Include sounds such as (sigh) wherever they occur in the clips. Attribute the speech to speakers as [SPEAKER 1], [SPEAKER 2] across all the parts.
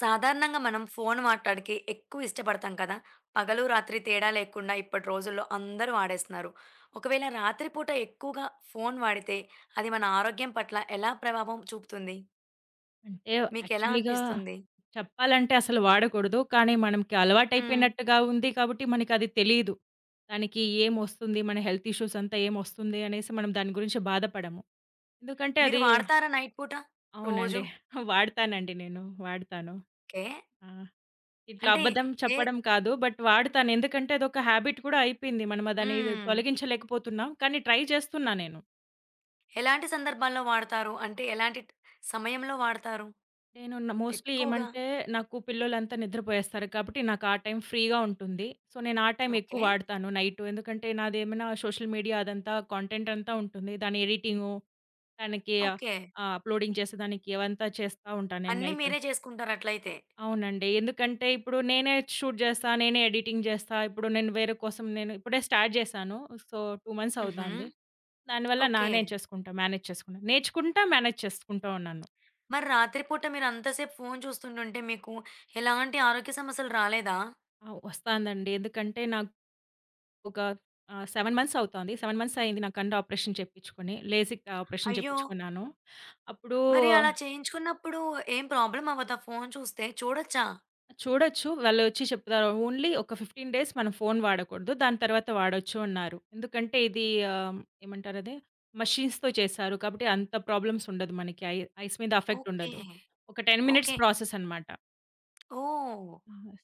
[SPEAKER 1] సాధారణంగా మనం ఫోను మాట్లాడకి ఎక్కువ ఇష్టపడతాం కదా! పగలు, రాత్రి తేడా లేకుండా ఇప్పటి రోజుల్లో అందరూ వాడేస్తున్నారు. ఒకవేళ రాత్రి పూట ఎక్కువగా ఫోను వాడితే అది మన ఆరోగ్యం పట్ల ఎలా ప్రభావం చూపుతుంది?
[SPEAKER 2] అంటే
[SPEAKER 1] మీకెలా
[SPEAKER 2] యాక్చువల్‌గా
[SPEAKER 1] అనిపిస్తుంది?
[SPEAKER 2] చెప్పాలంటే అసలు వాడకూడదు. కానీ మనకి
[SPEAKER 1] హ్మ్.
[SPEAKER 2] అలవాటైపోయినట్టుగా ఉంది కాబట్టి మనకది తెలీదు. దానికి ఏమొస్తుంది? మన హెల్త్ ఇష్యూస్ అంతా ఏమొస్తుంది? అనేసి మనం దాని గురించి బాధపడము. ఎందుకంటే
[SPEAKER 1] మీరు
[SPEAKER 2] అది
[SPEAKER 1] వాడతారా నైట్ పూట?
[SPEAKER 2] అవునండి.
[SPEAKER 1] రోజు.
[SPEAKER 2] వాడతానండి నేను. వాడతాను.
[SPEAKER 1] ఓకే.
[SPEAKER 2] ఆ! ఇట్లా
[SPEAKER 1] అంటే
[SPEAKER 2] అబద్ధం
[SPEAKER 1] ఏ
[SPEAKER 2] చెప్పడం కాదు. బట్ వాడతాను. ఎందుకంటే అదొక హ్యాబిట్ కూడా అయిపోయింది. మనం దాన్ని
[SPEAKER 1] హ్మ్.
[SPEAKER 2] తొలగించలేకపోతున్నాం. కానీ ట్రై చేస్తున్నా నేను.
[SPEAKER 1] ఎలాంటి సందర్భాల్లో వాడతారు? అంటే ఎలాంటి సమయంలో వాడతారు
[SPEAKER 2] నేను మోస్ట్‌లీ
[SPEAKER 1] ఎక్కువగా?
[SPEAKER 2] ఏమంటే, నాకు పిల్లోలంతా నిద్రపోయేస్తారు కాబట్టి, నాకు ఆ టైం ఫ్రీగా ఉంటుంది. సో, నేను ఆ టైం ఎక్కువ
[SPEAKER 1] ఓకే.
[SPEAKER 2] వాడతాను నైటు. ఎందుకంటే, నాదేమైనా సోషల్ మీడియా అదంతా కంటెంట్ అంతా ఉంటుంది. దాని ఎడిటింగు, దానికి
[SPEAKER 1] ఓకే.
[SPEAKER 2] అప్‌లోడింగ్ చేసేదానికి అవంతా చేస్తా ఉంటాను నేను
[SPEAKER 1] అన్నీ
[SPEAKER 2] నైటు.
[SPEAKER 1] మీరే చేసుకుంటారట్లయితే.
[SPEAKER 2] అవునండి. ఎందుకంటే, ఇప్పుడు నేనే షూట్ చేస్తా, నేనే ఎడిటింగ్ చేస్తా. ఇప్పుడు నేను వేరే కోసం ఇప్పుడే స్టార్ట్ చేశాను. సో, 2 మంత్స్
[SPEAKER 1] హుహు.
[SPEAKER 2] అవుతాంది. దానివల్ల
[SPEAKER 1] ఓకే.
[SPEAKER 2] నానే చేసుకుంటా, మేనేజ్ చేసుకుంటా. నేర్చుకుంటా, మేనేజ్ చేసుకుంటా ఉన్నాను.
[SPEAKER 1] మరి రాత్రిపూట మీరంతసేపు ఫోను చూస్తుంటుంటే మీకు ఎలాంటి ఆరోగ్య సమస్యలు రాలేదా?
[SPEAKER 2] ఆ! వస్తాందండి. ఎందుకంటే, ఒక 7 మంత్స్ అవుతోంది. 7 మంత్స్ అయింది నా కన్ను ఆపరేషన్ చేపించుకొని. లేజిక్ ఆపరేషన్
[SPEAKER 1] అయ్యో!
[SPEAKER 2] చేపించుకున్నాను. అప్పుడు
[SPEAKER 1] మరి అలా చేయించుకున్నప్పుడు ఏం ప్రాబ్లమ్ అవ్వదా ఫోను చూస్తే? చూడొచ్చా?
[SPEAKER 2] చూడొచ్చు. వాళ్ళు వచ్చి చెప్తారు. ఓన్లీ ఒక 15 డేస్ మనం ఫోను వాడకూడదు. దాని తర్వాత వాడొచ్చు అన్నారు. ఎందుకంటే ఇది ఆహ్, ఏమంటారది మషీన్స్‌తో చేశారు. కాబట్టి అంత ప్రాబ్లమ్స్ ఉండదు మనకి. ఐస్ మీద ఎఫెక్ట్
[SPEAKER 1] ఓకే.
[SPEAKER 2] ఉండదు. ఒక 10 మినిట్స్
[SPEAKER 1] ఓకే.
[SPEAKER 2] ప్రాసెస్ అన్నమాట.
[SPEAKER 1] ఓహ్!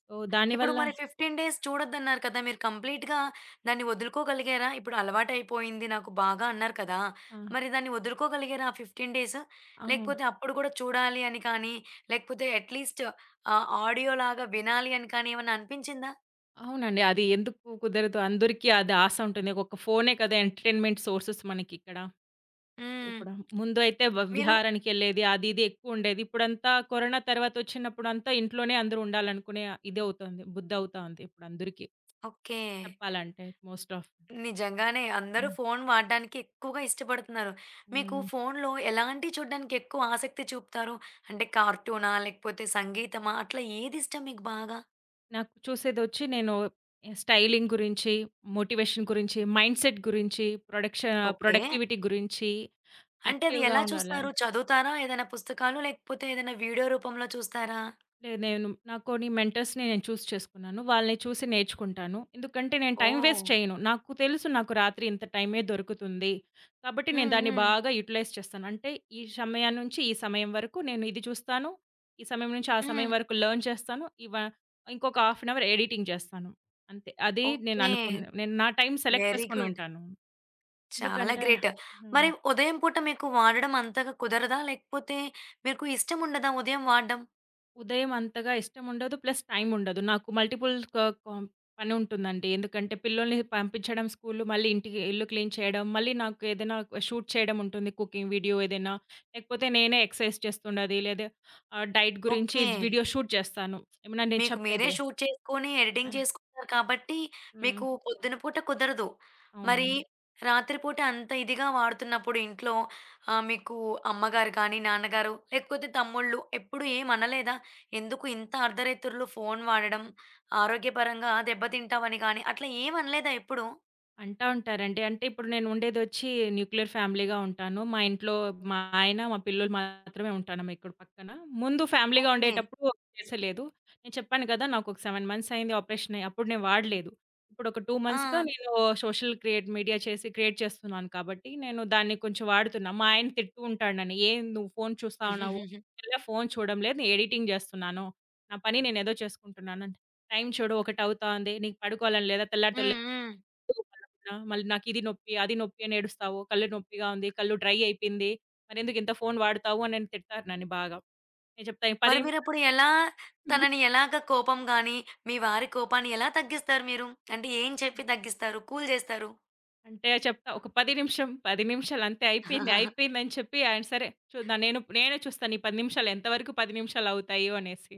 [SPEAKER 2] సో,
[SPEAKER 1] ఇప్పుడు
[SPEAKER 2] దానివల్ల
[SPEAKER 1] మరి 15 డేస్ చూడొద్దన్నారు కదా! మీరు కంప్లీట్‌గా దాన్ని వదులుకోగలిగారా? ఇప్పుడు అలవాటయిపోయింది నాకు బాగా అన్నారు కదా!
[SPEAKER 2] ఆ!
[SPEAKER 1] మరి దాన్ని వదులుకోగలిగారా ఆ 15 డేస్?
[SPEAKER 2] అవును.
[SPEAKER 1] లేకపోతే అప్పుడు కూడా చూడాలి అని కానీ, లేకపోతే అట్‌లీస్ట్ ఆడియోలాగా వినాలి అని కానీ ఏమన్నా అనిపించిందా?
[SPEAKER 2] అవునండి. అది ఎందుకు కుదరదు? అందరికీ అది ఆశ ఉంటుంది. ఒక ఫోనే కదా ఎంటర్‌టైన్‌మెంట్ సోర్సెస్ మనకిక్కడ.
[SPEAKER 1] హ్మ్.
[SPEAKER 2] ఇప్పుడు ముందు అయితే
[SPEAKER 1] మీరు
[SPEAKER 2] విహారానికెళ్ళేది అది ఇది ఎక్కువుండేది. ఇప్పుడంతా కరోనా తర్వాతొచ్చినప్పుడంతా ఇంట్లోనే అందరూ ఉండాలనుకునే ఇదవుతుంది. బుద్ధవుతా ఉంది ఇప్పుడందరికీ
[SPEAKER 1] ఓకే.
[SPEAKER 2] చెప్పాలంటే మోస్ట్ ఆఫ్.
[SPEAKER 1] నిజంగానే అందరూ
[SPEAKER 2] హ్మ్.
[SPEAKER 1] ఫోను వాడడానికి ఎక్కువగా ఇష్టపడుతున్నారు. మీకు
[SPEAKER 2] హ్మ్.
[SPEAKER 1] ఫోనులో ఎలాంటియి చూడడానికి ఎక్కువ ఆసక్తి చూపుతారు? అంటే కార్టూనా? లేకపోతే సంగీతమా? అట్లా ఏదిష్టం మీకు బాగా?
[SPEAKER 2] నాకు చూసేదొచ్చి స్టైలింగ్ గురించి, మోటివేషన్ గురించి, మైండ్‌సెట్ గురించి,
[SPEAKER 1] ఓకే.
[SPEAKER 2] ప్రొడక్టివిటీ గురించి
[SPEAKER 1] అంటే అది
[SPEAKER 2] యాక్టివ్‌గా
[SPEAKER 1] ఎలా
[SPEAKER 2] ఉండాలి.
[SPEAKER 1] చూస్తారు? చదువుతారా ఏదైనా పుస్తకాలు? లేకపోతే ఏదైనా వీడియో రూపంలో చూస్తారా?
[SPEAKER 2] లేదు. నాకు కొన్ని మెంటర్స్‌ని నేను చూజ్ చేసుకున్నాను. వాళ్ళని చూసి నేర్చుకుంటాను. ఎందుకంటే నేను టైం
[SPEAKER 1] ఓహ్!
[SPEAKER 2] వేస్ట్ చేయను. నాకు తెలుసు నాకు రాత్రి ఇంత టైమే దొరుకుతుంది. కాబట్టి నేను
[SPEAKER 1] హ్మ్.
[SPEAKER 2] దాన్ని
[SPEAKER 1] హ్మ్.
[SPEAKER 2] బాగా యుటిలైజ్ చేస్తాను. అంటే ఈ సమయం నుంచి ఈ సమయం వరకు నేను ఇది చూస్తాను. ఈ సమయం నుంచి ఆ సమయం
[SPEAKER 1] హ్మ్.
[SPEAKER 2] వరకు లెర్న్ చేస్తాను. ఇంకొక హాఫ్ అన్ అవర్ ఎడిటింగ్ చేస్తాను. అంతే. అది నేను
[SPEAKER 1] ఓకే.
[SPEAKER 2] అనుకున్న నేను నా టైం సెలెక్ట్
[SPEAKER 1] వెరీ
[SPEAKER 2] చేసుకొని
[SPEAKER 1] గుడ్.
[SPEAKER 2] ఉంటాను.
[SPEAKER 1] చాలా
[SPEAKER 2] ఎందుకంటే
[SPEAKER 1] గ్రేట్.
[SPEAKER 2] ఆ!
[SPEAKER 1] మరి ఉదయం పూట మీకు వాడడం అంతగా కుదరదా? లేకపోతే మీకు ఇష్టముండదా ఉదయం వాడడం?
[SPEAKER 2] ఉదయం అంతగా ఇష్టముండదు. ప్లస్ టైం ఉండదు. నాకు మల్టిపుల్ క కాం పని ఉంటుందండి. ఎందుకంటే పిల్లోల్ని పంపించడం స్కూలు, మళ్ళీ ఇంటికి ఇల్లు క్లీన్ చేయడం, మళ్ళీ నాకు ఏదైనా షూట్ చేయడం ఉంటుంది. కుకింగ్ వీడియో ఏదైనా, లేకపోతే నేనే ఎక్సర్‌సైజ్ చేస్తుండేది. లేదా డైట్ గురించి
[SPEAKER 1] ఓకే.
[SPEAKER 2] వీడియో షూట్ చేస్తాను. ఏమన్నా నేను
[SPEAKER 1] మీకు మీరే
[SPEAKER 2] చెప్పేది.
[SPEAKER 1] షూట్ చేసుకొని,
[SPEAKER 2] ఆ!
[SPEAKER 1] ఎడిటింగ్ చేసుకుంటారు కాబట్టి,
[SPEAKER 2] హ్మ్.
[SPEAKER 1] మీకు పొద్దున పూట కుదరదు. మరి
[SPEAKER 2] అవును.
[SPEAKER 1] హ్మ్. రాత్రి పూట అంత ఇదిగా వాడుతున్నప్పుడు ఇంట్లో మీకు అమ్మగారు కానీ, నాన్నగారు లేకపోతే తమ్ముళ్ళు ఎప్పుడు ఏమనలేదా? ఎందుకు ఇంత అర్ధరాత్రులు ఫోను వాడడం ఆరోగ్యపరంగా దెబ్బతింటావని గాని అట్లా ఏమనలేదా ఎప్పుడు?
[SPEAKER 2] అంటా ఉంటారండి. అంటే ఇప్పుడు నేను ఉండేదొచ్చి న్యూక్లియర్ ఫ్యామిలీగా ఉంటాను. మా ఇంట్లో మా ఆయన, మా పిల్లోలు మాత్రమే ఉంటున్నాం ఇక్కడ పక్కన. ముందు ఫ్యామిలీగా
[SPEAKER 1] ఓకే.
[SPEAKER 2] ఉండేటప్పుడు చేసలేదు. నేను చెప్పాను కదా! నాకొక 7 మంత్స్ అయింది ఆపరేషన్ అయ్యి. అప్పుడు నేను వాడలేదు. ఇప్పుడు ఒక 2
[SPEAKER 1] ఆ!
[SPEAKER 2] మంత్స్‌గా నేను సోషల్ క్రియేట్ మీడియా చేసి క్రియేట్ చేస్తున్నాను కాబట్టి, నేను దాన్ని కొంచెం వాడుతున్నా. మా ఆయన తిడుతూ ఉంటాడు నన్ను. "ఏం నువ్వు ఫోను చూస్తా ఉన్నావు?
[SPEAKER 1] (laughs)
[SPEAKER 2] ఇలా ఫోను చూడడం లేదు. నేను ఎడిటింగ్ చేస్తున్నాను. నా పని నేనేదో చేసుకుంటున్నాను" అంటే, "టైం చూడు 1 అవుతా ఉంది. నీకు పడుకోవాలని లేదా? తెల్లారితో
[SPEAKER 1] హ్మ్. హ్మ్.
[SPEAKER 2] మళ్ళీ నాకిది నొప్పి, అది నొప్పి అని ఏడుస్తావు. కళ్ళు నొప్పిగా ఉంది. కళ్ళు డ్రై అయిపోయింది. మరెందుకు ఇంత ఫోను వాడతావు అని నన్ను తిడతారు బాగా. నేను చెప్తా ఈ 10
[SPEAKER 1] మరి మీరప్పుడు
[SPEAKER 2] నిమిషాలు
[SPEAKER 1] ఎలా
[SPEAKER 2] (laughs)
[SPEAKER 1] తనని ఎలాగ కోపం గాని, మీ వారి కోపాన్ని ఎలా తగ్గిస్తారు మీరు? అంటే ఏం చెప్పి తగ్గిస్తారు? కూల్ జేస్తారు?
[SPEAKER 2] అంటే చెప్తా 10 నిమిషాలు అంతే అయిపోయింది,
[SPEAKER 1] (laughs)
[SPEAKER 2] అయిపోయింది అని చెప్పి ఆయన సరే చూద్దాం నేనే చూస్తాను ఈ 10 నిమిషాలు ఎంతవరకు 10 నిమిషాలు అవుతాయో అనేసి.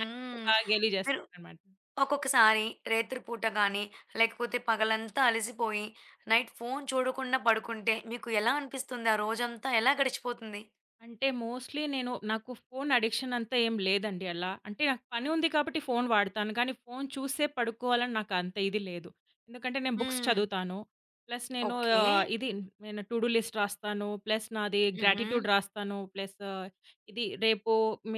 [SPEAKER 2] ఆయన నన్ను బాగా గేలి
[SPEAKER 1] మీరు
[SPEAKER 2] చేస్తారనమాట.
[SPEAKER 1] ఒక్కొక్కసారి రేత్రి పూట గాని, లేకపోతే పగలంతా అలసిపోయి నైట్ ఫోను చూడకుండా పడుకుంటే మీకు ఎలా అనిపిస్తుంది? ఆ రోజంతా ఎలా గడిచిపోతుంది?
[SPEAKER 2] అంటే మోస్ట్‌లీ నాకు ఫోను అడిక్షన్ అంతా ఏం లేదండి అలా. అంటే నాకు పని ఉంది కాబట్టి ఫోను వాడతాను. కానీ ఫోను చూసే పడుకోవాలని నాకు అంత ఇది లేదు. ఎందుకంటే నేను బుక్స్
[SPEAKER 1] హ్మ్.
[SPEAKER 2] చదువుతాను. ప్లస్ నేను
[SPEAKER 1] ఓకే.
[SPEAKER 2] ఆహ్, ఇది నేను టు డు లిస్ట్ రాస్తాను. ప్లస్ నాది
[SPEAKER 1] హుహు.
[SPEAKER 2] గ్రాటిట్యూడ్ రాస్తాను. ప్లస్ ఇది రేపు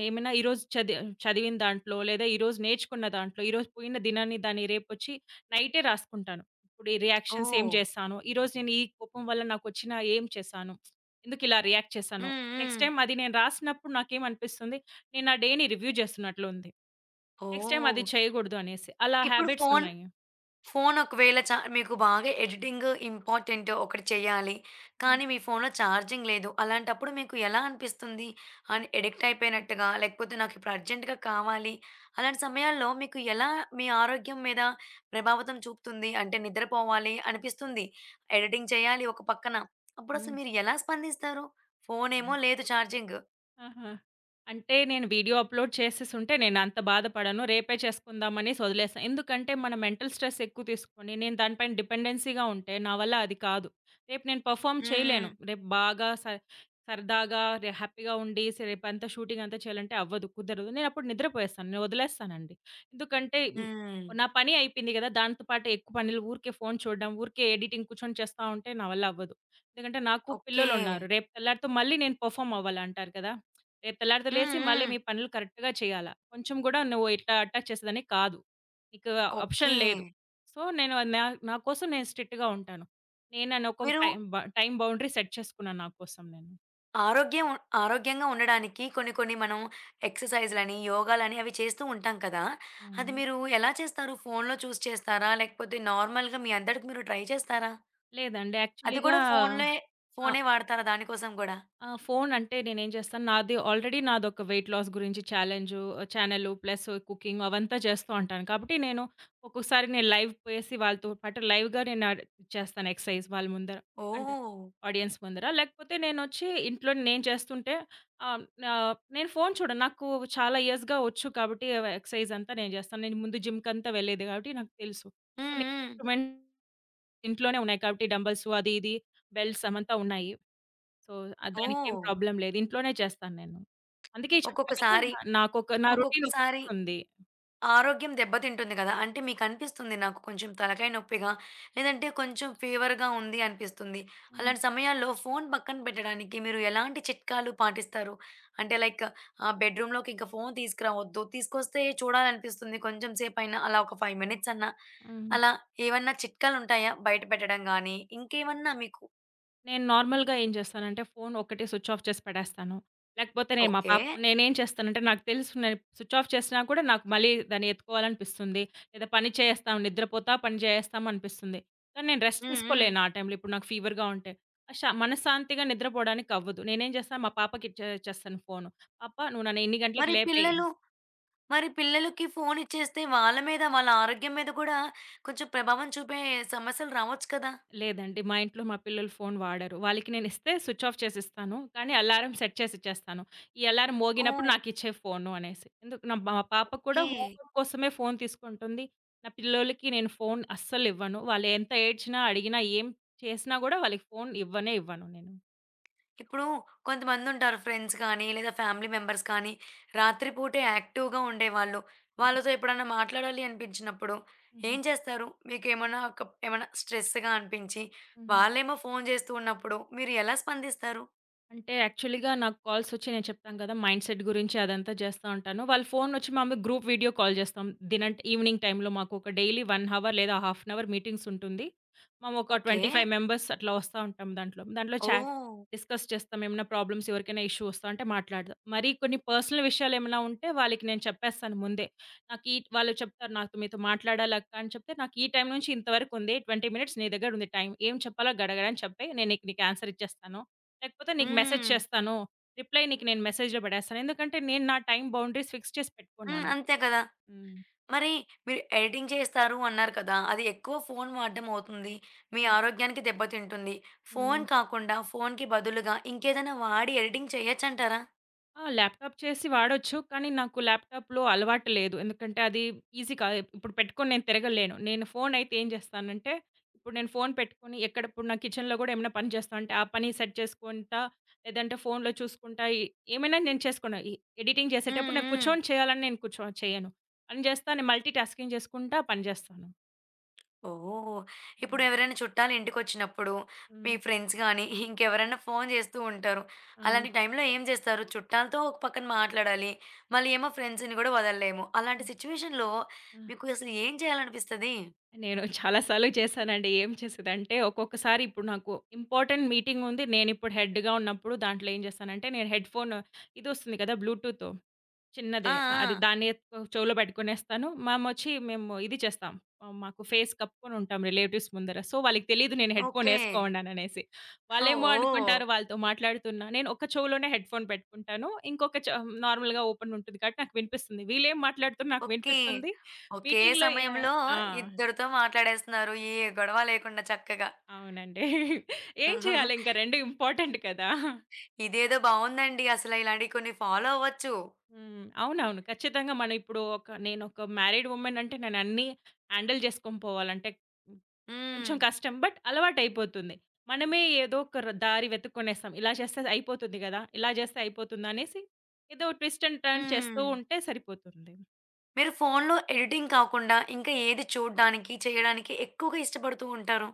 [SPEAKER 2] ఏమైనా ఈరోజు చది చదివిన దాంట్లో లేదా ఈరోజు నేర్చుకున్న దాంట్లో ఈరోజు పోయిన దినాన్ని దాన్ని రేపొచ్చి నైటే రాసుకుంటాను. ఇప్పుడు ఈ రియాక్షన్స్ ఏం
[SPEAKER 1] ఓహ్!
[SPEAKER 2] చేశాను? ఈరోజు నేను ఈ కోపం వల్ల నాకొచ్చిన ఏం చేశాను? ఎందుకిలా రియాక్ట్ చేశాను?
[SPEAKER 1] హ్మ్.
[SPEAKER 2] నెక్స్ట్
[SPEAKER 1] హ్మ్.
[SPEAKER 2] టైమ్ అది నేను రాసినప్పుడు నాకేమనిపిస్తుంది, నేను నా డేని రివ్యూ చేస్తున్నట్లుంది. నెక్స్ట్ టైమ్ అది
[SPEAKER 1] ఓహ్!
[SPEAKER 2] చేయకూడదు అనేసి. అలా
[SPEAKER 1] ఇప్పుడు
[SPEAKER 2] హాబిట్స్
[SPEAKER 1] ఫోను
[SPEAKER 2] ఉన్నాయి.
[SPEAKER 1] ఫోను ఒకవేళ మీకు బాగా ఎడిటింగ్ ఇంపార్టెంట్ ఒకటి చేయాలి.
[SPEAKER 2] హ్మ్.
[SPEAKER 1] కానీ మీ ఫోన్‌లో ఛార్జింగ్ లేదు. అలాంటప్పుడు మీకు ఎలా అనిపిస్తుంది? అని అడిక్ట్ అయిపోయినట్టుగా, లేకపోతే నాకిప్పుడు అర్జెంట్‌గా కావాలి. అలాంటి సమయాల్లో మీకు ఎలా మీ ఆరోగ్యం మీద ప్రభావితం చూపుతుంది? అంటే నిద్రపోవాలి అనిపిస్తుంది. ఎడిటింగ్ చేయాలి ఒక పక్కన. అప్పుడసలు మీరు ఎలా స్పందిస్తారు? ఫోనేమో
[SPEAKER 2] హ్మ్.
[SPEAKER 1] లేదు ఛార్జింగ్.
[SPEAKER 2] ఆహా! అంటే నేను వీడియో అప్‌లోడ్ చేసేసుంటే నేనంత బాధపడను. రేపే చేసుకుందామనేసి వదిలేసా. ఎందుకంటే మన మెంటల్ స్ట్రెస్ ఎక్కువ తీసుకొని నేను దానిపైన డిపెండెన్సీగా ఉంటే నా వల్ల అది కాదు. రేపు నేను పెర్ఫార్మ్
[SPEAKER 1] హ్మ్.
[SPEAKER 2] చేయలేను. రేపు బాగా స సరదాగా రె హ్యాపీగా ఉండి రేపంతా షూటింగ్ అంతా చేయాలంటే అవ్వదు. కుదరదు. నేనప్పుడు నిద్రపోయేస్తాను. నేను వదిలేస్తానండి. ఎందుకంటే హ్మ్,
[SPEAKER 1] హ్మ్.
[SPEAKER 2] నా పని అయిపోయింది గదా! దానితో పాటు ఎక్కువ పనులు ఊరికే ఫోను చూడడం, ఊరికే ఎడిటింగ్ కూర్చొని చేస్తా ఉంటే నా వల్ల అవ్వదు. ఎందుకంటే నాకు
[SPEAKER 1] ఓకే.
[SPEAKER 2] పిల్లలున్నారు. రేపు తెల్లారితో మళ్ళీ నేను పెర్ఫార్మ్ అవ్వాలంటారు కదా! రేపు తెల్లారితో
[SPEAKER 1] హ్మ్.
[SPEAKER 2] లేసి మళ్ళీ
[SPEAKER 1] హ్మ్.
[SPEAKER 2] మీ పనులు కరెక్ట్‌గా చేయాలా? కొంచెం గూడా నువ్వు ఇట్లా అటాచ్ చేసేదానివి కాదు. నీకు ఆప్షన్
[SPEAKER 1] ఓకే.
[SPEAKER 2] లేదు. సో, నేను నా నా కోసం నేను స్ట్రిక్ట్‌గా ఉంటాను. నేను నన్ను ఒక్కొక్క
[SPEAKER 1] మీరు
[SPEAKER 2] టైమ్ బౌండరీ సెట్ చేసుకున్నాను నా కోసం నేను.
[SPEAKER 1] ఆరోగ్యంగా ఉండడానికి కొన్ని కొన్ని మనం ఎక్సర్సైజ్‌లని, యోగాలని అవి చేస్తూ ఉంటాం కదా!
[SPEAKER 2] అవునా?
[SPEAKER 1] అది మీరు ఎలా చేస్తారు? ఫోన్‌లో చూసి చేస్తారా? లేకపోతే నార్మల్‌గా మీ అంతటికి మీరు ట్రై చేస్తారా?
[SPEAKER 2] లేదండి.
[SPEAKER 1] అది
[SPEAKER 2] యాక్చువల్‌గా
[SPEAKER 1] కూడా ఫోన్‌లే
[SPEAKER 2] ఆ!
[SPEAKER 1] ఫోనే వాడతారా దానికోసం గూడా?
[SPEAKER 2] ఆ! ఫోను అంటే నేనేం చేస్తాను, నాది ఆల్రెడీ నాదొక వెయిట్ లాస్ గురించి ఛాలెంజు, ఛానెలు ప్లస్ కుకింగ్ అవంతా చేస్తూ ఉంటాను. కాబట్టి నేను ఒక్కొక్కసారి నేను లైవ్ పోయేసి వాళ్ళతో పాటు లైవ్‌గా నేను చేస్తాను ఎక్సర్‌సైజ్ వాళ్ళ ముందర. అంటే
[SPEAKER 1] ఓహ్!
[SPEAKER 2] ఆడియన్స్ ముందర. లేకపోతే నేనొచ్చి ఇంట్లో నేను చేస్తుంటే ఆహ్, నా నేను ఫోను చూడను. నాకు చాలా ఇయర్స్‌గా వచ్చు కాబట్టి ఎక్సర్‌సైజ్ అంతా నేను చేస్తాను. నేను ముందు జిమ్‌కంతా వెళ్ళేది కాబట్టి నాకు తెలుసు.
[SPEAKER 1] హ్మ్.
[SPEAKER 2] కొన్ని
[SPEAKER 1] హ్మ్.
[SPEAKER 2] ఇన్‌స్ట్రుమెంట్స్ ఇంట్లోనే ఉన్నాయి కాబట్టి డంబెల్స్ అది ఇది బెల్ట్స్ అవంతా ఉన్నాయి. సో, దానికేం
[SPEAKER 1] ఓహ్!
[SPEAKER 2] ప్రాబ్లమ్ లేదు. ఇంట్లోనే చేస్తాను నేను. అందుకే చెప్పాను కదా!
[SPEAKER 1] ఒక్కొక్కసారి,
[SPEAKER 2] నాకొక నా రొటీన్ ఒక
[SPEAKER 1] ఒక్కొక్కసారి
[SPEAKER 2] ఫిక్స్ ఉంది.
[SPEAKER 1] ఆరోగ్యం దెబ్బతింటుంది గదా! అంటే మీకనిపిస్తుంది నాకు కొంచెం తలకాయ నొప్పిగా, లేదంటే కొంచెం ఫీవర్‌గా ఉంది అనిపిస్తుంది.
[SPEAKER 2] హ్మ్.
[SPEAKER 1] అలాంటి సమయాల్లో ఫోను పక్కన పెట్టడానికి మీరు ఎలాంటి చిట్కాలు పాటిస్తారు? అంటే లైక్ బెడ్‌రూమ్‌లోకి ఇంక ఫోను తీసుకురావద్దు. తీసుకొస్తే చూడాలనిపిస్తుంది కొంచెం సేపైనా అలా ఒక 5 మినిట్స్ అన్నా.
[SPEAKER 2] హ్మ్.
[SPEAKER 1] అలా ఏవన్నా చిట్కాలుంటాయా? బయట పెట్టడం గానీ, ఇంకేమన్నా మీకు
[SPEAKER 2] నేను నార్మల్‌గా ఏం చేస్తానంటే ఫోను ఒక్కటే స్విచ్ ఆఫ్ చేసి పడేస్తాను. లేకపోతే నేను మా
[SPEAKER 1] ఓకే.
[SPEAKER 2] పాప నేనేం చేస్తానంటే నాకు తెలుసు నేను స్విచ్ ఆఫ్ చేసినా కూడా నాకు మళ్ళీ దాన్ని ఎత్తుకోవాలనిపిస్తుంది. లేదా పని చేసేస్తాం, నిద్రపోతా పని చేసేస్తాం అనిపిస్తుంది. కానీ నేను రెస్ట్
[SPEAKER 1] హ్మ్. హ్మ్.
[SPEAKER 2] తీసుకోలేను ఆ టైంలో. ఇప్పుడు నాకు ఫీవర్‌గా ఉంటే మనశ్శాంతిగా నిద్రపోవడానికి అవ్వదు. నేనేం చేస్తాను మా పాపకిచ్చేచేస్తాను ఫోను. "పాప నువ్వు నన్ను ఇన్ని గంటలకి
[SPEAKER 1] మరి
[SPEAKER 2] లేపేయి."
[SPEAKER 1] పిల్లలు మరి పిల్లలకి ఫోన్ ఇచ్చేస్తే వాళ్ళ మీద, వాళ్ళ ఆరోగ్యం మీద కూడా కొంచెం ప్రభావం చూపే సమస్యలు రావచ్చు కదా!
[SPEAKER 2] లేదండి. మా ఇంట్లో మా పిల్లలు ఫోను వాడరు. వాళ్ళకి నేనిస్తే స్విచ్ ఆఫ్ చేసిస్తాను. కానీ అలారం సెట్ చేసిచ్చేస్తాను. ఈ అలారం మోగినప్పుడు
[SPEAKER 1] ఓహ్!
[SPEAKER 2] నాకిచ్చేయి ఫోను అనేసి. ఎందుకు మా పాప కూడా
[SPEAKER 1] ఓకే.
[SPEAKER 2] హోంవర్క్ కోసమే ఫోను తీసుకుంటుంది. నా పిల్లోల్లకి నేను ఫోను అస్సలివ్వను. వాళ్ళు ఎంత ఏడ్చినా, అడిగినా, ఏం చేసినా గూడా వాళ్ళకి ఫోను ఇవ్వనే ఇవ్వను నేను.
[SPEAKER 1] ఇప్పుడు కొంతమందుంటారు ఫ్రెండ్స్ కానీ, లేదా ఫ్యామిలీ మెంబర్స్ కానీ, రాత్రి పూటే యాక్టివ్‌గా ఉండేవాళ్ళు.
[SPEAKER 2] హ్మ్.
[SPEAKER 1] వాళ్ళతో ఎప్పుడన్నా మాట్లాడాలి అనిపించినప్పుడు
[SPEAKER 2] హుహు.
[SPEAKER 1] ఏం చేస్తారు? మీకేమన్నా ఒక ఏమన్నా స్ట్రెస్‌గా అనిపించి,
[SPEAKER 2] హ్మ్.
[SPEAKER 1] వాళ్ళేమో ఫోన్ చేస్తూ ఉన్నప్పుడు మీరు ఎలా స్పందిస్తారు?
[SPEAKER 2] అంటే యాక్చువల్‌గా నాకు కాల్సొచ్చి నేను చెప్తాను గదా! మైండ్‌సెట్ గురించి అదంతా జేస్తా ఉంటాను. వాళ్ళ ఫోనొచ్చి మామూలుగా గ్రూప్ వీడియో కాల్ జేస్తాం. ఈవినింగ్ టైమ్‌లో మాకు ఒక డైలీ 1 అవర్ లేదా హాఫ్ అన్ అవర్ మీటింగ్స్ ఉంటుంది. మేము ఒక
[SPEAKER 1] ఓకే.
[SPEAKER 2] 25 మెంబర్స్ అట్లా వస్తా ఉంటాం దాంట్లో. దాంట్లో
[SPEAKER 1] ఓహ్!
[SPEAKER 2] డిస్కస్ చేస్తాం. ఏమైనా ప్రాబ్లమ్స్ ఎవరికైనా ఇష్యూ వస్తా ఉంటే మాట్లాడదాం. మరి కొన్ని పర్సనల్ విషయాలేమైనా ఉంటే వాళ్ళకి నేను చెప్పేస్తాను ముందే. నాకు ఈ వాళ్ళు చెప్తారు నాకు మీతో మాట్లాడాలి అక్క అని చెప్తే, నాకు ఈ టైం నుంచి ఇంతవరకు ఉంది. 20 మినిట్స్ నీ దగ్గర ఉంది టైం. ఏం చెప్పాలో గడగడని చెప్పేయి. నేను నీకు నీకు ఆన్సర్ ఇచ్చేస్తాను. లేకపోతే నీకు మెసేజ్
[SPEAKER 1] హ్మ్.
[SPEAKER 2] చేస్తాను. రిప్లై నీకు నేను మెసేజ్‌లో బడేస్తాను. ఎందుకంటే నేను నా టైమ్ బౌండరీస్ ఫిక్స్ చేసి
[SPEAKER 1] హ్మ్.
[SPEAKER 2] పెట్టుకున్నాను.
[SPEAKER 1] అంతే కదా!
[SPEAKER 2] హ్మ్.
[SPEAKER 1] మరి మీరు ఎడిటింగ్ చేస్తారు అన్నారు కదా! అది ఎక్కువ ఫోను వాడడం అవుతుంది. మీ
[SPEAKER 2] హ్మ్.
[SPEAKER 1] ఆరోగ్యానికి దెబ్బతింటుంది.
[SPEAKER 2] హ్మ్.
[SPEAKER 1] ఫోను కాకుండా ఫోనుకి బదులుగా ఇంకేదైనా వాడి ఎడిటింగ్ చేయొచ్చంటారా?
[SPEAKER 2] ఆ! ల్యాప్‌టాప్ చేసి వాడొచ్చు. కానీ నాకు ల్యాప్‌టాప్‌లో అలవాటు లేదు. ఎందుకంటే అది ఈజీ కాదు. ఇప్పుడు పెట్టుకొని నేను తిరగలేను. నేను ఫోన్ అయితే ఏం చేస్తానంటే, ఇప్పుడు నేను ఫోన్ పెట్టుకొని ఎక్కడ ఇప్పుడు నా కిచెన్‌లో గూడా ఏమైనా పని చేస్తా అంటే, ఆ పని సెట్ చేసుకుంటా, లేదంటే ఫోన్‌లో చూసుకుంటా ఎ ఏమైనా నేను చేసుకున్నా. ఎడిటింగ్
[SPEAKER 1] హ్మ్.
[SPEAKER 2] చేసేటప్పుడు నేను
[SPEAKER 1] హ్మ్.
[SPEAKER 2] కూర్చొని చేయాలని నేను కూర్చొని చేయను. పని చేస్తా, నేను మల్టీ టాస్కింగ్ చేసుకుంటా పని చేస్తాను.
[SPEAKER 1] ఓహ్! ఇప్పుడు
[SPEAKER 2] హ్మ్.
[SPEAKER 1] ఎవరైనా చుట్టాలు ఇంటికొచ్చినప్పుడు మీ
[SPEAKER 2] హ్మ్.
[SPEAKER 1] ఫ్రెండ్స్ గాని, ఇంకెవరైనా ఫోను చేస్తూ ఉంటారు. అలాంటి
[SPEAKER 2] ఆ!
[SPEAKER 1] టైంలో ఏం చేస్తారు? చుట్టాలతో ఒక పక్కన మాట్లాడాలి. మళ్ళీ ఏమో ఫ్రెండ్స్‌ని గూడా వదలలేము. అలాంటి
[SPEAKER 2] హ్మ్.
[SPEAKER 1] సిట్యుయేషన్‌లో
[SPEAKER 2] ఆ!
[SPEAKER 1] మీకు అసలు ఏం చేయాలనిపిస్తది?
[SPEAKER 2] నేను చాలా సార్లు చేశానండి. ఏం చేసేదంటే, ఒక్కొక్కసారి ఇప్పుడు నాకు ఇంపార్టెంట్ మీటింగ్ ఉంది. నేనిప్పుడు హెడ్‌గా ఉన్నప్పుడు దాంట్లో ఏం చేస్తానంటే, నేను హెడ్‌ఫోన్ ఇదొస్తుంది కదా! బ్లూటూత్.
[SPEAKER 1] ఆ!
[SPEAKER 2] చిన్నదే. ఆ,
[SPEAKER 1] ఆ!
[SPEAKER 2] దాన్ని చెవులో పెట్టుకునేస్తాను. మేమొచ్చి మేము ఇది చేస్తాం. మాకు ఫేస్ కప్పుకొని ఉంటాం రిలేటివ్స్ ముందర. సో, వాళ్ళకి తెలీదు నేను హెడ్‌ఫోన్
[SPEAKER 1] ఓకే.
[SPEAKER 2] ఏసుకోమన్నాననేసి. వాళ్ళేమో
[SPEAKER 1] ఓహ్!
[SPEAKER 2] అనుకుంటారు వాళ్ళతో మాట్లాడుతున్నా. నేను ఒక చెవులోనే హెడ్‌ఫోన్ పెట్టుకుంటాను. ఇంకొక చె నార్మల్‌గా ఓపెన్ ఉంటుంది కాబట్టి నాకు వినిపిస్తుంది. వీళ్ళేం మాట్లాడుతున్నా నాకు
[SPEAKER 1] ఓకే.
[SPEAKER 2] వినిపిస్తుంది.
[SPEAKER 1] ఒకే
[SPEAKER 2] మీటింగ్‌లో యాహ్!
[SPEAKER 1] సమయంలో
[SPEAKER 2] ఆ!
[SPEAKER 1] ఇద్దరితో మాట్లాడేస్తున్నారు. ఏ గొడవ లేకుండా చక్కగా.
[SPEAKER 2] అవునండి. (laughs) ఏం చేయాలి ఇంకా
[SPEAKER 1] (laughs)
[SPEAKER 2] 2 ఇంపార్టెంట్ కదా!
[SPEAKER 1] ఇదేదో బావుందండి. అసల ఇలాంటియి కొన్ని ఫాలో అవ్వచ్చు.
[SPEAKER 2] హ్మ్. అవునవును. ఖచ్చితంగా మనం ఇప్పుడు నేనొక మ్యారీడ్ వుమెన్ అంటే నేనన్నీ హ్యాండిల్ చేసుకొని పోవాలంటే
[SPEAKER 1] హ్మ్.
[SPEAKER 2] కొంచెం కష్టం. బట్ అలవాటయిపోతుంది. మనమే ఏదో ఒక దారి వెతుక్కునేస్తాం. ఇలా చేస్తే అయిపోతుంది గదా! ఇలా జేస్తే అయిపోతుందనేసి ఏదో ట్విస్ట్ అండ్ టర్న్ చేస్తూ
[SPEAKER 1] హ్మ్.
[SPEAKER 2] ఉంటే సరిపోతుంది.
[SPEAKER 1] మీరు ఫోనులో ఎడిటింగ్ కాకుండా ఇంకా ఏది చూడ్డానికి, చేయడానికి ఎక్కువగా ఇష్టపడుతూ ఉంటారు?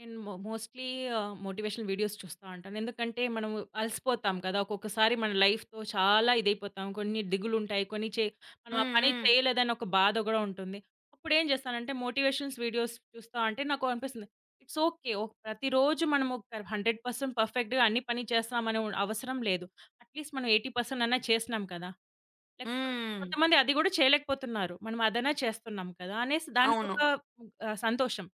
[SPEAKER 2] నేను మోస్ట్‌లీ మోటివేషనల్ వీడియోస్ చూస్తా ఉంటాను. ఎందుకంటే, మనము అలసిపోతాం కదా! ఒక్కొక్కసారి మన లైఫ్‌తో చాలా ఇదైపోతాం. కొన్ని దిగులుంటాయి. కొన్ని చే మనం ఆ
[SPEAKER 1] హ్మ్.
[SPEAKER 2] పని
[SPEAKER 1] హ్మ్.
[SPEAKER 2] చేయలేదని ఒక బాధ గూడా ఉంటుంది. అప్పుడేం చేస్తానంటే, మోటివేషన్స్ వీడియోస్ చూస్తా అంటే నాకు అనిపిస్తుంది, ఇట్స్ ఓకే. ప్రతిరోజు మనం ఒక 100% పర్ఫెక్ట్‌గా అన్ని పని చేస్తామనే అవసరం లేదు. అట్‌లీస్ట్ మనం 80% అన్నా చేసినాం కదా! లేకపోతే
[SPEAKER 1] హ్మ్.
[SPEAKER 2] కొంతమంది అది గూడా చేయలేకపోతున్నారు. మనం అదన్నా చేస్తున్నాం కదా! అనేసి
[SPEAKER 1] అవును.
[SPEAKER 2] దానికొక సంతోషం.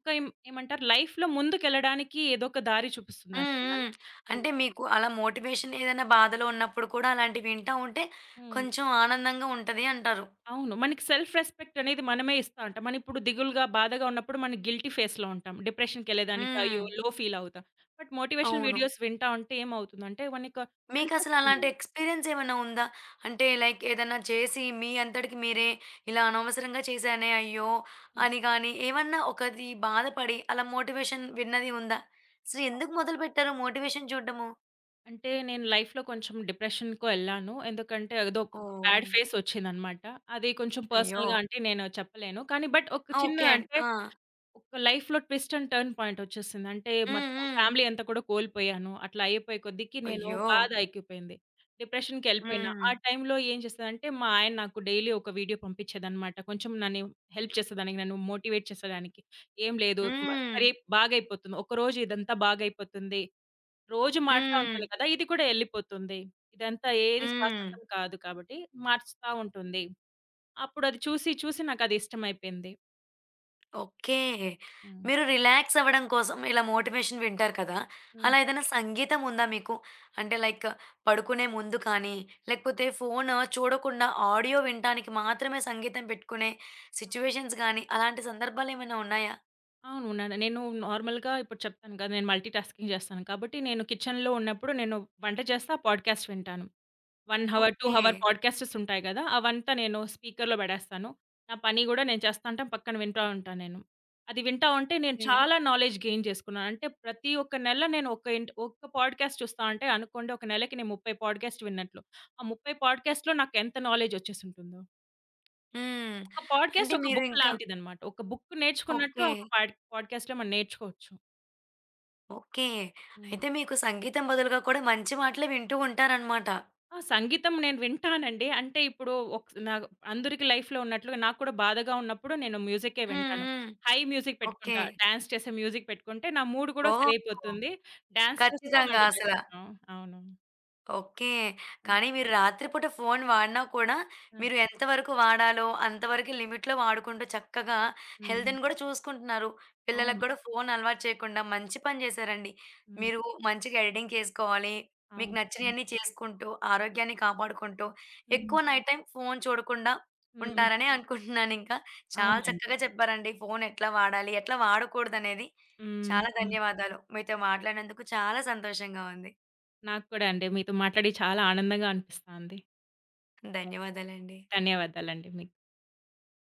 [SPEAKER 2] ఒక ఏం ఏమంటారు లైఫ్‌లో ముందుకెళ్ళడానికి ఏదో ఒక దారి చూపిస్తుంది
[SPEAKER 1] హ్మ్.
[SPEAKER 2] అంతేగాని
[SPEAKER 1] హ్మ్.
[SPEAKER 2] నేను
[SPEAKER 1] అంటే
[SPEAKER 2] మ
[SPEAKER 1] మీకు అలా మోటివేషన్ ఏదైనా బాధలో ఉన్నప్పుడు కూడా అలాంటివి వింటా ఉంటే
[SPEAKER 2] హ్మ్.
[SPEAKER 1] కొంచెం ఆనందంగా ఉంటది అంటారు.
[SPEAKER 2] అవును. మనకి సెల్ఫ్ రెస్పెక్ట్ అనేది మనమే ఇస్తా ఉంటాం. మనం ఇప్పుడు దిగులుగా, బాధగా ఉన్నప్పుడు మనం గిల్టీ ఫేస్‌లో ఉంటాం. డిప్రెషన్‌కెళ్ళేదానికి
[SPEAKER 1] హ్మ్.
[SPEAKER 2] అయ్యో! లో ఫీల్ అవుతాం. బట్ మోటివేషనల్
[SPEAKER 1] అవును.
[SPEAKER 2] వీడియోస్ వింటా ఉంటే ఏమవుతుందంటే మనకు
[SPEAKER 1] మీకసలు
[SPEAKER 2] అనిపిస్తుంది.
[SPEAKER 1] అలాంటి ఎక్స్‌పీరియన్స్ ఏమైనా ఉందా? అంటే లైక్ ఏదన్నా చేసి మీ అంతటికి మీరే ఇలా అనవసరంగా చేశానే అయ్యో!
[SPEAKER 2] హ్మ్.
[SPEAKER 1] అని గాని ఏమన్నా ఒకటి బాధపడి అలా మోటివేషన్ విన్నది ఉందా? అసలు ఎందుకు
[SPEAKER 2] అవును.
[SPEAKER 1] మొదలుపెట్టారు మోటివేషన్ చూడడము?
[SPEAKER 2] అంటే నేను లైఫ్‌లో కొంచెం డిప్రెషన్‌కో ఎళ్ళాను. ఎందుకంటే ఏదో ఒక బ్యాడ్
[SPEAKER 1] ఓహ్!
[SPEAKER 2] ఫేస్ వచ్చిందనమాట. అది కొంచెం
[SPEAKER 1] అయ్యో!
[SPEAKER 2] పర్సనల్‌గా అంటే నేను చెప్పలేను. కానీ బట్ ఒక
[SPEAKER 1] ఆ!
[SPEAKER 2] చిన్న
[SPEAKER 1] ఓకే అండి.
[SPEAKER 2] అంటే
[SPEAKER 1] ఆ!
[SPEAKER 2] ఒక లైఫ్‌లో ట్విస్ట్ అండ్ టర్న్ పాయింట్ వచ్చేసింది. అంటే
[SPEAKER 1] హ్మ్.
[SPEAKER 2] మొత్తం
[SPEAKER 1] హ్మ్.
[SPEAKER 2] ఫ్యామిలీ అంతా కూడా కోల్పోయాను. అట్లా అయిపోయే కొద్దికి నేను
[SPEAKER 1] అయ్యో!
[SPEAKER 2] బాధ ఎక్కిపోయింది. డిప్రెషన్‌కెళ్ళిపోయినా.
[SPEAKER 1] హ్మ్.
[SPEAKER 2] ఆ టైంలో ఏం చేసేదానంటే మా ఆయన నాకు డైలీ ఒక వీడియో పంపించేదనమాట. కొంచెం నన్ను హెల్ప్ చేసేదానికి, నన్ను మోటివేట్ చేసేదానికి. "ఏం లేదు మ
[SPEAKER 1] హ్మ్.
[SPEAKER 2] సరే బాగైపోతుంది. ఒకరోజు ఇదంతా బాగైపోతుంది. రోజు మారుతా
[SPEAKER 1] హ్మ్.
[SPEAKER 2] ఉంటుంది కదా! ఇది కూడా ఎళ్ళిపోతుంది. ఇదంతా ఏది
[SPEAKER 1] హ్మ్.
[SPEAKER 2] శాశ్వతం కాదు కాబట్టి మారుస్తా ఉంటుంది." అప్పుడు అది చూసి చూసి నాకది ఇష్టమైపోయింది.
[SPEAKER 1] ఓకే.
[SPEAKER 2] హ్మ్.
[SPEAKER 1] మీరు రిలాక్స్ అవ్వడం కోసం ఇలా మోటివేషన్ వింటారు కదా!
[SPEAKER 2] హ్మ్.
[SPEAKER 1] అలా ఏదైనా సంగీతం ఉందా మీకు? అంటే లైక్ పడుకునే ముందు కానీ, లేకపోతే ఫోను చూడకుండా ఆడియో వినటానికి మాత్రమే సంగీతం పెట్టుకునే సిట్యుయేషన్స్ గానీ, అలాంటి సందర్భాలేమైనా ఉన్నాయా?
[SPEAKER 2] అవును. నేను నార్మల్‌గా ఇప్పుడు చెప్తాను కదా! నేను మల్టీ టాస్కింగ్ చేస్తాను. కాబట్టి నేను కిచెన్‌లో ఉన్నప్పుడు నేను వంట చేస్తా, పాడ్‌కాస్ట్ వింటాను. 1 హవర్, 2
[SPEAKER 1] ఓకే.
[SPEAKER 2] హవర్ పాడ్‌కాస్ట్స్ ఉంటాయి కదా! అవంతా నేను స్పీకర్‌లో పెడేస్తాను. నా పని కూడా నేను చేస్తా ఉంటాను. పక్కన వింటా ఉంటాను నేను. అది వింటా ఉంటే నేను
[SPEAKER 1] ఓకే.
[SPEAKER 2] చాలా నాలెడ్జ్ గెయిన్ చేసుకున్నాను. అంటే ప్రతి ఒక్క నెల నేను ఒక ఇంట్ ఒక్క పాడ్‌కాస్ట్ చూస్తా అంటే అనుకోండి ఒక నెలకి నేను 30 పాడ్‌కాస్ట్ విన్నట్లు. ఆ 30 పాడ్‌కాస్ట్‌లో నాకు ఎంత నాలెడ్జ్ వచ్చేసుంటుందో.
[SPEAKER 1] హ్మ్.
[SPEAKER 2] ఒక పాడ్‌కాస్ట్
[SPEAKER 1] అంటే
[SPEAKER 2] ఒక
[SPEAKER 1] మీరు
[SPEAKER 2] బుక్
[SPEAKER 1] ఇంకా
[SPEAKER 2] లాంటిదన్నమాట. ఒక బుక్ నేర్చుకున్నట్లు
[SPEAKER 1] ఓకే.
[SPEAKER 2] ఒక పాడ్‌కాస్ట్‌లో మనం నేర్చుకోవచ్చు.
[SPEAKER 1] ఓకే.
[SPEAKER 2] హ్మ్.
[SPEAKER 1] అయితే మీకు సంగీతం బదులుగా కూడా మంచి మాటలే వింటూ ఉంటారనమాట.
[SPEAKER 2] ఆ! సంగీతం నేను వింటానండి. అంటే ఇప్పుడు నాకు అందరికి లైఫ్‌లో ఉన్నట్లుగా నాకు కూడా బాధగా ఉన్నప్పుడు నేను మ్యూజిక్కే
[SPEAKER 1] హ్మ్.
[SPEAKER 2] వింటాను.
[SPEAKER 1] హ్మ్.
[SPEAKER 2] High music
[SPEAKER 1] okay.
[SPEAKER 2] పెట్టుకుంటా. డాన్స్ చేసే మ్యూజిక్ పెట్టుకుంటే నా మూడ్ కూడా
[SPEAKER 1] ఓహ్!
[SPEAKER 2] సరైపోతుంది. డాన్స్ చేస్తా, వంట
[SPEAKER 1] ఖచ్చితంగా అసల.
[SPEAKER 2] చేస్తాను. అవును.
[SPEAKER 1] ఓకే.
[SPEAKER 2] ఆ!
[SPEAKER 1] కానీ మీరు రాత్రి పూట ఫోను వాడినా కూడా,
[SPEAKER 2] ఆ!
[SPEAKER 1] మీరు ఎంత వరకు వాడాలో అంతవరకే లిమిట్‌లో వాడుకుంటూ చక్కగా
[SPEAKER 2] హ్మ్.
[SPEAKER 1] హెల్త్‌ని గూడా చూసుకుంటున్నారు. పిల్లలకి
[SPEAKER 2] అవును.
[SPEAKER 1] గూడా ఫోను అలవాటు చేయకుండా మంచి పని జేశారండి.
[SPEAKER 2] హ్మ్.
[SPEAKER 1] మీరు మంచిగా ఎడిటింగ్ చేసుకోవాలి. మీకు
[SPEAKER 2] అవును.
[SPEAKER 1] నచ్చినయన్నీ చేసుకుంటూ, ఆరోగ్యాన్ని కాపాడుకుంటూ,
[SPEAKER 2] హ్మ్.
[SPEAKER 1] ఎక్కువ నైట్ టైమ్ ఫోను చూడకుండా
[SPEAKER 2] హ్మ్.
[SPEAKER 1] ఉంటారనే అనుకుంటున్నానింకా. చాలా
[SPEAKER 2] అవునండి.
[SPEAKER 1] చక్కగా చెప్పారండి. ఫోను ఎట్లా వాడాలి, ఎట్లా వాడకూడదనేది.
[SPEAKER 2] హ్మ్.
[SPEAKER 1] చాలా
[SPEAKER 2] హ్మ్.
[SPEAKER 1] ధన్యవాదాలు. మీతో మాట్లాడినందుకు చాలా సంతోషంగా ఉంది.
[SPEAKER 2] నాకు కూడా అండి. మీతో మాట్లాడి చాలా ఆనందంగా అనిపిస్తాంది.
[SPEAKER 1] ధన్యవాదాలండి.
[SPEAKER 2] ధన్యవాదాలండి మీకు.